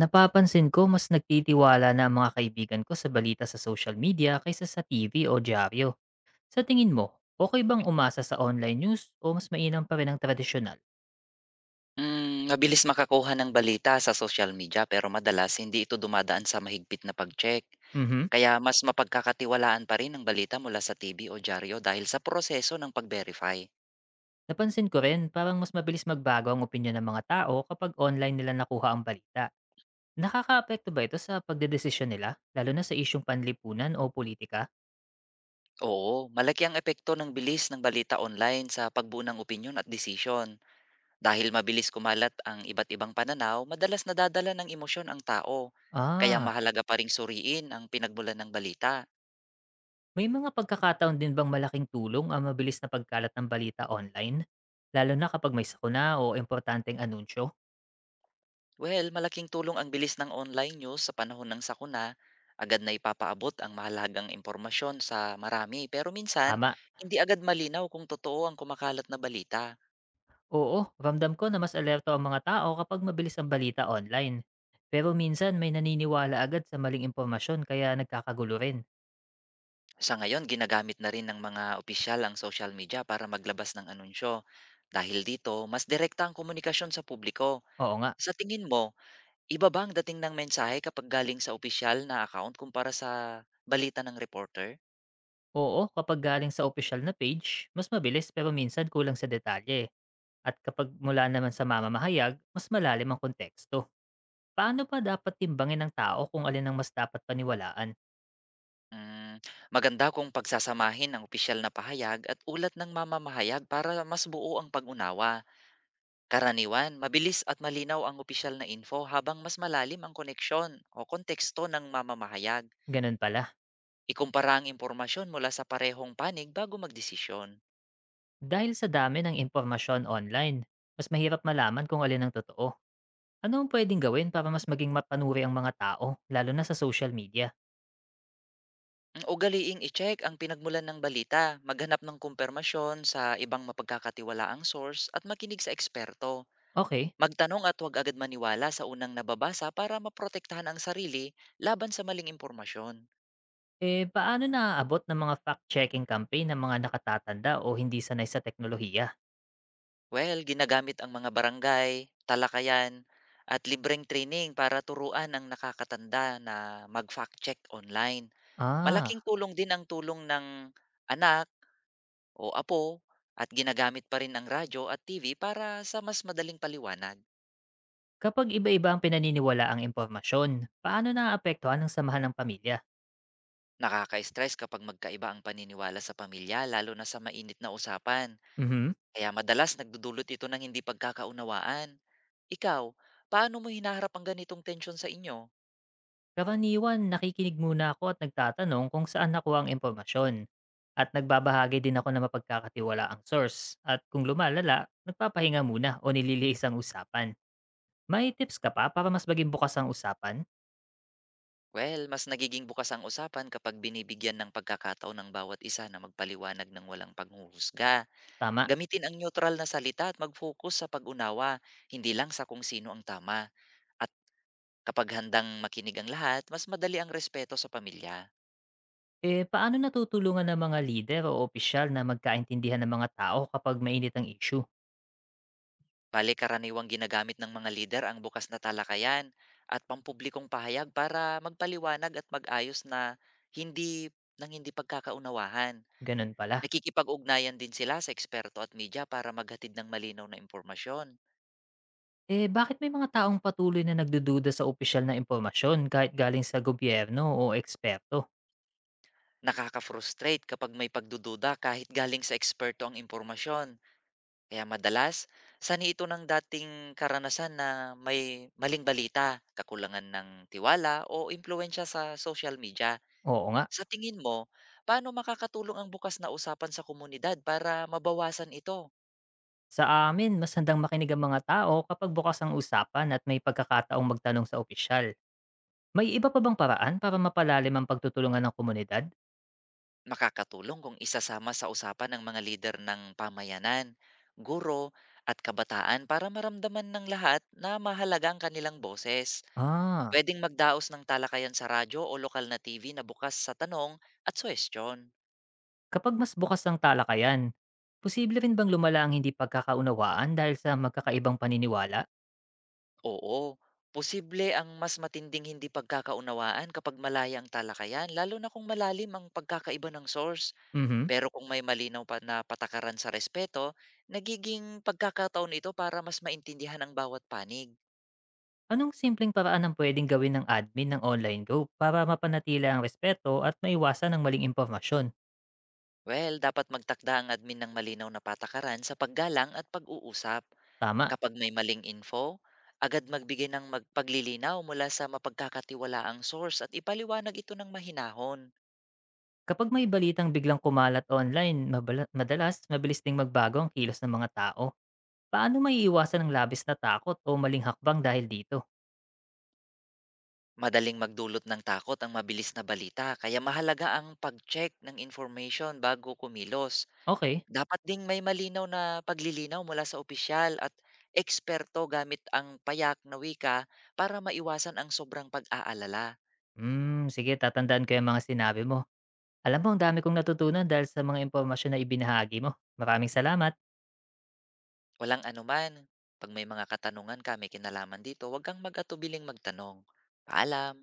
Napapansin ko mas nagtitiwala na ang mga kaibigan ko sa balita sa social media kaysa sa TV o dyaryo. Sa tingin mo, okay bang umasa sa online news o mas mainam pa rin ang tradisyonal? Mabilis makakuha ng balita sa social media pero madalas hindi ito dumadaan sa mahigpit na pag-check. Mhm. Kaya mas mapagkakatiwalaan pa rin ang balita mula sa TV o dyaryo dahil sa proseso ng pag-verify. Napansin ko rin parang mas mabilis magbago ang opinyon ng mga tao kapag online nila nakuha ang balita. Nakakaapekto ba ito sa pagdedesisyon nila, lalo na sa isyung panlipunan o politika? Oo, malaki ang epekto ng bilis ng balita online sa pagbuo ng opinyon at desisyon. Dahil mabilis kumalat ang iba't ibang pananaw, madalas nadadala ng emosyon ang tao. Kaya Ah, mahalaga pa ring suriin ang pinagmulan ng balita. may mga pagkakataon din bang malaking tulong ang mabilis na pagkalat ng balita online? Lalo na kapag may sakuna o importanteng anunsyo? Well, malaking tulong ang bilis ng online news sa panahon ng sakuna. Agad na ipapaabot ang mahalagang impormasyon sa marami. Pero minsan, Tama. hindi agad malinaw kung totoo ang kumakalat na balita. Oo, ramdam ko na mas alerto ang mga tao kapag mabilis ang balita online. Pero minsan may naniniwala agad sa maling impormasyon kaya nagkakagulo rin. Sa ngayon, ginagamit na rin ng mga opisyal ang social media para maglabas ng anunsyo. Dahil dito, mas direkta ang komunikasyon sa publiko. Oo nga. Sa tingin mo, iba ba ang dating ng mensahe kapag galing sa opisyal na account kumpara sa balita ng reporter? Oo, kapag galing sa official na page, mas mabilis pero minsan kulang sa detalye. At kapag mula naman sa mamamahayag, mas malalim ang konteksto. Paano pa dapat timbangin ng tao kung alin ang mas dapat paniwalaan? Hmm, maganda kung pagsasamahin ang opisyal na pahayag at ulat ng mamamahayag para mas buo ang pag-unawa. Karaniwan, mabilis at malinaw ang opisyal na info habang mas malalim ang koneksyon o konteksto ng mamamahayag. Ganun pala. Ikumpara ang impormasyon mula sa parehong panig bago magdesisyon. Dahil sa dami ng impormasyon online, mas mahirap malaman kung alin ang totoo. Ano ang pwedeng gawin para mas maging mapanuri ang mga tao, lalo na sa social media? Ugaliing i-check ang pinagmulan ng balita, maghanap ng kumpirmasyon sa ibang mapagkakatiwalaang source at makinig sa eksperto. Okay, Magtanong at huwag agad maniwala sa unang nababasa para maprotektahan ang sarili laban sa maling impormasyon. eh paano naaabot ng mga fact-checking campaign ng mga nakatatanda o hindi sanay sa teknolohiya? Well, ginagamit ang mga barangay, talakayan, at libreng training para turuan ang nakakatanda na mag-fact check online. Ah, Malaking tulong din ang tulong ng anak o apo at ginagamit pa rin ang radyo at TV para sa mas madaling paliwanag. kapag iba-iba ang pinaniniwalaang impormasyon, paano naaapektuhan ang samahan ng pamilya? Nakaka-stress kapag magkaiba ang paniniwala sa pamilya lalo na sa mainit na usapan. Mhm. Kaya madalas nagdudulot ito ng hindi pagkakaunawaan. Ikaw, paano mo hinaharap ang ganitong tensyon sa inyo? Karaniwan, nakikinig muna ako at nagtatanong kung saan nakuha ang impormasyon. At nagbabahagi din ako ng mapagkakatiwala ang source. At kung lumalala, nagpapahinga muna o nililiis ang usapan. May tips ka pa para mas maging bukas ang usapan? Well, mas nagiging bukas ang usapan kapag binibigyan ng pagkakataon ng bawat isa na magpaliwanag ng walang panghuhusga. Tama. Gamitin ang neutral na salita at mag-focus sa pag-unawa, hindi lang sa kung sino ang tama. At kapag handang makinig ang lahat, mas madali ang respeto sa pamilya. Eh, paano natutulungan ng mga lider o opisyal na magkaintindihan ng mga tao kapag mainit ang issue? Bale karaniwang ginagamit ng mga lider ang bukas na talakayan at pampublikong pahayag para magpaliwanag at mag-ayos na hindi ng hindi pagkakaunawahan. Ganun pala. Nakikipag-ugnayan din sila sa eksperto at media para maghatid ng malinaw na impormasyon. Eh, bakit may mga taong patuloy na nagdududa sa opisyal na impormasyon kahit galing sa gobyerno o eksperto? Nakaka-frustrate kapag may pagdududa kahit galing sa eksperto ang impormasyon. Kaya madalas, sani ito ng dating karanasan na may maling balita, kakulangan ng tiwala o impluensya sa social media. Oo nga. Sa tingin mo, paano makakatulong ang bukas na usapan sa komunidad para mabawasan ito? Sa amin, mas handang makinig ang mga tao kapag bukas ang usapan at may pagkakataong magtanong sa opisyal. May iba pa bang paraan para mapalalim ang pagtutulungan ng komunidad? Makakatulong kung isasama sa usapan ang mga lider ng pamayanan, guro, at kabataan para maramdaman ng lahat na mahalaga ang kanilang boses. Ah, Pwedeng magdaos ng talakayan sa radyo o lokal na TV na bukas sa tanong at suwestyon. kapag mas bukas ang talakayan, posible rin bang lumala ang hindi pagkakaunawaan dahil sa magkakaibang paniniwala? Oo, posible ang mas matinding hindi pagkakaunawaan kapag malaya ang talakayan, lalo na kung malalim ang pagkakaiba ng source. Mhm. Pero kung may malinaw pa na patakaran sa respeto, nagiging pagkakataon ito para mas maintindihan ang bawat panig. Anong simpleng paraan ang pwedeng gawin ng admin ng online group para mapanatili ang respeto at maiwasan ang maling impormasyon? Well, dapat magtakda ang admin ng malinaw na patakaran sa paggalang at pag-uusap. Tama. Kapag may maling info, agad magbigay ng magpaglilinaw mula sa mapagkakatiwalaang source at ipaliwanag ito ng mahinahon. Kapag may balitang biglang kumalat online, madalas mabilis ding magbago ang kilos ng mga tao. Paano maiiwasan ang labis na takot o maling hakbang dahil dito? Madaling magdulot ng takot ang mabilis na balita kaya mahalaga ang pag-check ng information bago kumilos. Okay. Dapat ding may malinaw na paglilinaw mula sa opisyal at eksperto gamit ang payak na wika para maiwasan ang sobrang pag-aalala. Hmm, sige tatandaan ko yung mga sinabi mo. Alam mo ang dami kong natutunan dahil sa mga impormasyon na ibinahagi mo. Maraming salamat. Walang anuman, pag may mga katanungan kami kinalaman dito, huwag kang mag-atubiling magtanong. Paalam!